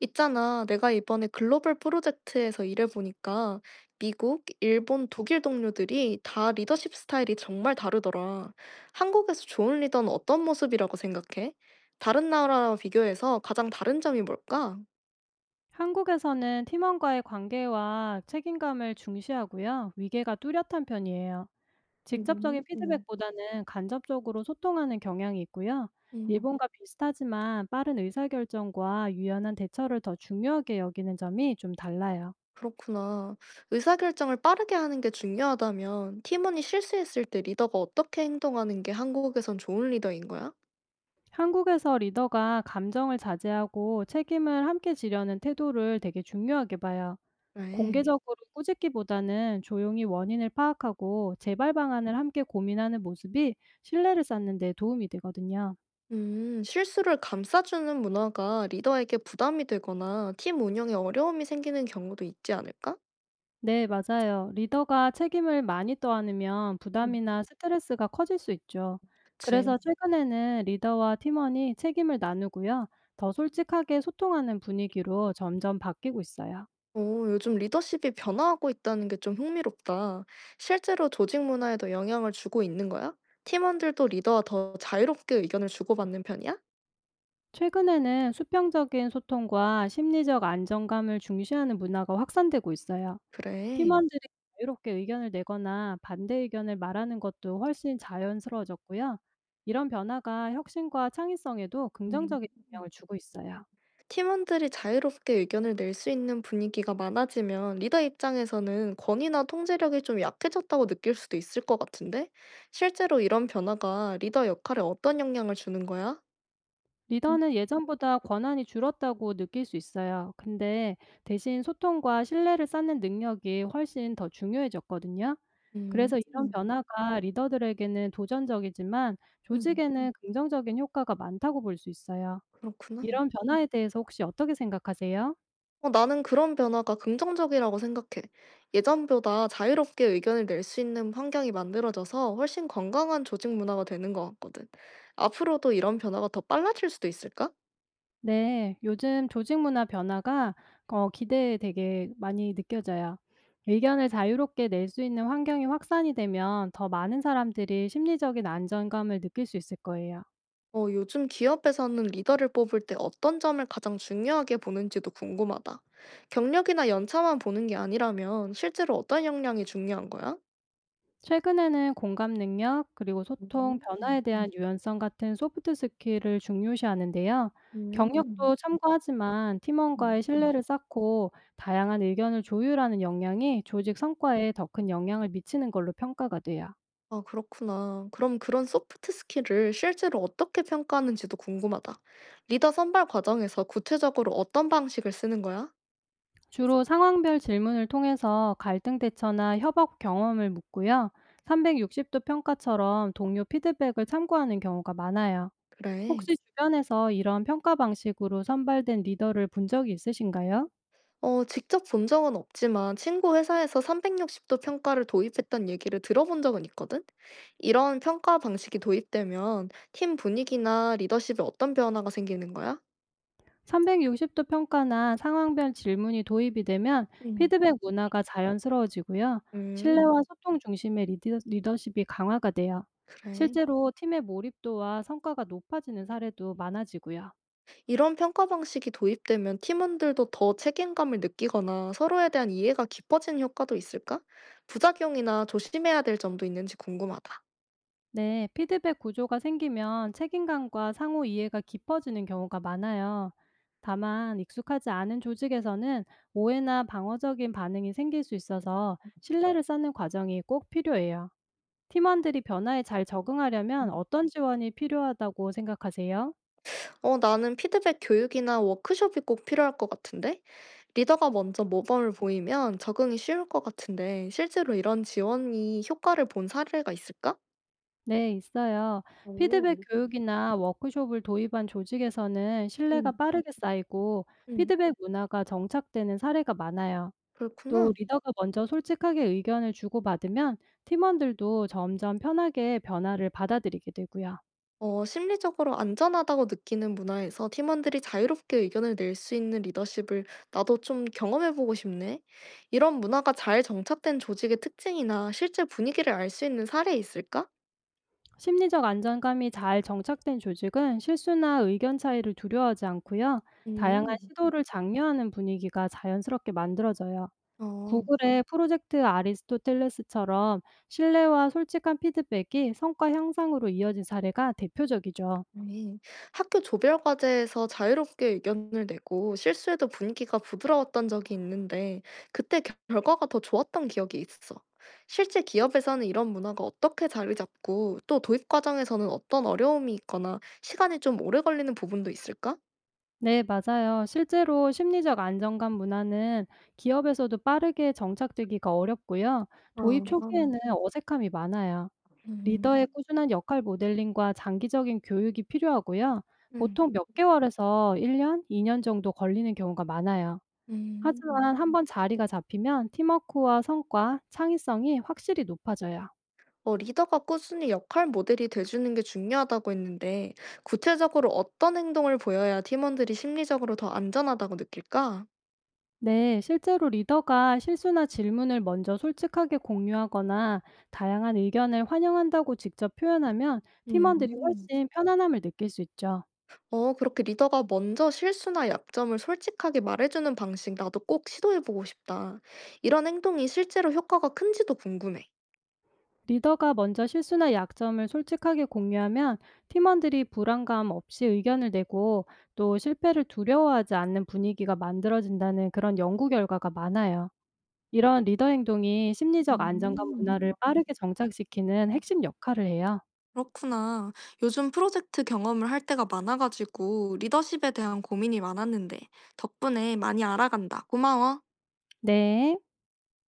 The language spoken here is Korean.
있잖아, 내가 이번에 글로벌 프로젝트에서 일해보니까 미국, 일본, 독일 동료들이 다 리더십 스타일이 정말 다르더라. 한국에서 좋은 리더는 어떤 모습이라고 생각해? 다른 나라와 비교해서 가장 다른 점이 뭘까? 한국에서는 팀원과의 관계와 책임감을 중시하고요. 위계가 뚜렷한 편이에요. 직접적인 음, 음. 피드백보다는 간접적으로 소통하는 경향이 있고요. 음, 일본과 비슷하지만 빠른 의사결정과 유연한 대처를 더 중요하게 여기는 점이 좀 달라요. 그렇구나. 의사결정을 빠르게 하는 게 중요하다면 팀원이 실수했을 때 리더가 어떻게 행동하는 게 한국에선 좋은 리더인 거야? 한국에서 리더가 감정을 자제하고 책임을 함께 지려는 태도를 되게 중요하게 봐요. 그래. 공개적으로 꾸짖기보다는 조용히 원인을 파악하고 재발 방안을 함께 고민하는 모습이 신뢰를 쌓는 데 도움이 되거든요. 실수를 감싸주는 문화가 리더에게 부담이 되거나 팀 운영에 어려움이 생기는 경우도 있지 않을까? 네, 맞아요. 리더가 책임을 많이 떠안으면 음. 부담이나 스트레스가 커질 수 있죠. 그치. 그래서 최근에는 리더와 팀원이 책임을 나누고요. 더 솔직하게 소통하는 분위기로 점점 바뀌고 있어요. 오, 요즘 리더십이 변화하고 있다는 게 좀 흥미롭다. 실제로 조직 문화에도 영향을 주고 있는 거야? 팀원들도 리더와 더 자유롭게 의견을 주고받는 편이야? 최근에는 수평적인 소통과 심리적 안정감을 중시하는 문화가 확산되고 있어요. 그래. 팀원들이 자유롭게 의견을 내거나 반대 의견을 말하는 것도 훨씬 자연스러워졌고요. 이런 변화가 혁신과 창의성에도 긍정적인 영향을 주고 있어요. 팀원들이 자유롭게 의견을 낼 수 있는 분위기가 많아지면 리더 입장에서는 권위나 통제력이 좀 약해졌다고 느낄 수도 있을 것 같은데? 실제로 이런 변화가 리더 역할에 어떤 영향을 주는 거야? 리더는 예전보다 권한이 줄었다고 느낄 수 있어요. 근데 대신 소통과 신뢰를 쌓는 능력이 훨씬 더 중요해졌거든요. 음, 그래서 이런 변화가 리더들에게는 도전적이지만 음, 조직에는 긍정적인 효과가 많다고 볼 수 있어요. 그렇구나. 이런 변화에 대해서 혹시 어떻게 생각하세요? 어, 나는 그런 변화가 긍정적이라고 생각해. 예전보다 자유롭게 의견을 낼 수 있는 환경이 만들어져서 훨씬 건강한 조직 문화가 되는 것 같거든. 앞으로도 이런 변화가 더 빨라질 수도 있을까? 네. 요즘 조직 문화 변화가 기대에 되게 많이 느껴져요. 의견을 자유롭게 낼 수 있는 환경이 확산이 되면 더 많은 사람들이 심리적인 안정감을 느낄 수 있을 거예요. 어, 요즘 기업에서는 리더를 뽑을 때 어떤 점을 가장 중요하게 보는지도 궁금하다. 경력이나 연차만 보는 게 아니라면 실제로 어떤 역량이 중요한 거야? 최근에는 공감 능력, 그리고 소통, 변화에 음, 대한 유연성 같은 소프트 스킬을 중요시하는데요. 음. 음, 경력도 참고하지만 음. 팀원과의 신뢰를 쌓고 다양한 의견을 조율하는 역량이 조직 성과에 더 큰 영향을 미치는 걸로 평가가 돼요. 아, 그렇구나. 그럼 그런 소프트 스킬을 실제로 어떻게 평가하는지도 궁금하다. 리더 선발 과정에서 구체적으로 어떤 방식을 쓰는 거야? 주로 상황별 질문을 통해서 갈등 대처나 협업 경험을 묻고요. 360도 평가처럼 동료 피드백을 참고하는 경우가 많아요. 그래. 혹시 주변에서 이런 평가 방식으로 선발된 리더를 본 적이 있으신가요? 어 직접 본 적은 없지만 친구 회사에서 360도 평가를 도입했다는 얘기를 들어본 적은 있거든? 이런 평가 방식이 도입되면 팀 분위기나 리더십에 어떤 변화가 생기는 거야? 360도 평가나 상황별 질문이 도입이 되면 음. 피드백 문화가 자연스러워지고요. 음, 신뢰와 소통 중심의 리더, 리더십이 강화가 돼요. 그래. 실제로 팀의 몰입도와 성과가 높아지는 사례도 많아지고요. 이런 평가 방식이 도입되면 팀원들도 더 책임감을 느끼거나 서로에 대한 이해가 깊어지는 효과도 있을까? 부작용이나 조심해야 될 점도 있는지 궁금하다. 네, 피드백 구조가 생기면 책임감과 상호 이해가 깊어지는 경우가 많아요. 다만, 익숙하지 않은 조직에서는 오해나 방어적인 반응이 생길 수 있어서 신뢰를 쌓는 과정이 꼭 필요해요. 팀원들이 변화에 잘 적응하려면 어떤 지원이 필요하다고 생각하세요? 어, 나는 피드백 교육이나 워크숍이 꼭 필요할 것 같은데? 리더가 먼저 모범을 보이면 적응이 쉬울 것 같은데, 실제로 이런 지원이 효과를 본 사례가 있을까? 네, 있어요. 피드백 오, 교육이나 워크숍을 도입한 조직에서는 신뢰가 음. 빠르게 쌓이고 음, 피드백 문화가 정착되는 사례가 많아요. 또 그렇구나. 리더가 먼저 솔직하게 의견을 주고받으면 팀원들도 점점 편하게 변화를 받아들이게 되고요. 어, 심리적으로 안전하다고 느끼는 문화에서 팀원들이 자유롭게 의견을 낼 수 있는 리더십을 나도 좀 경험해보고 싶네. 이런 문화가 잘 정착된 조직의 특징이나 실제 분위기를 알 수 있는 사례 있을까? 심리적 안정감이 잘 정착된 조직은 실수나 의견 차이를 두려워하지 않고요. 다양한 음. 시도를 장려하는 분위기가 자연스럽게 만들어져요. 어. 구글의 프로젝트 아리스토텔레스처럼 신뢰와 솔직한 피드백이 성과 향상으로 이어진 사례가 대표적이죠. 네. 학교 조별 과제에서 자유롭게 의견을 내고 실수해도 분위기가 부드러웠던 적이 있는데 그때 결과가 더 좋았던 기억이 있어. 실제 기업에서는 이런 문화가 어떻게 자리 잡고 또 도입 과정에서는 어떤 어려움이 있거나 시간이 좀 오래 걸리는 부분도 있을까? 네, 맞아요. 실제로 심리적 안정감 문화는 기업에서도 빠르게 정착되기가 어렵고요. 도입 아, 초기에는 어색함이 많아요. 음, 리더의 꾸준한 역할 모델링과 장기적인 교육이 필요하고요. 음, 보통 몇 개월에서 1년, 2년 정도 걸리는 경우가 많아요. 음. 하지만 한 번 자리가 잡히면 팀워크와 성과, 창의성이 확실히 높아져요. 어, 리더가 꾸준히 역할 모델이 돼주는 게 중요하다고 했는데 구체적으로 어떤 행동을 보여야 팀원들이 심리적으로 더 안전하다고 느낄까? 네, 실제로 리더가 실수나 질문을 먼저 솔직하게 공유하거나 다양한 의견을 환영한다고 직접 표현하면 팀원들이 음. 훨씬 편안함을 느낄 수 있죠. 어 그렇게 리더가 먼저 실수나 약점을 솔직하게 말해주는 방식 나도 꼭 시도해보고 싶다. 이런 행동이 실제로 효과가 큰지도 궁금해. 리더가 먼저 실수나 약점을 솔직하게 공유하면 팀원들이 불안감 없이 의견을 내고 또 실패를 두려워하지 않는 분위기가 만들어진다는 그런 연구 결과가 많아요. 이런 리더 행동이 심리적 안정감 음, 문화를 빠르게 정착시키는 핵심 역할을 해요. 그렇구나. 요즘 프로젝트 경험을 할 때가 많아가지고 리더십에 대한 고민이 많았는데 덕분에 많이 알아간다. 고마워. 네.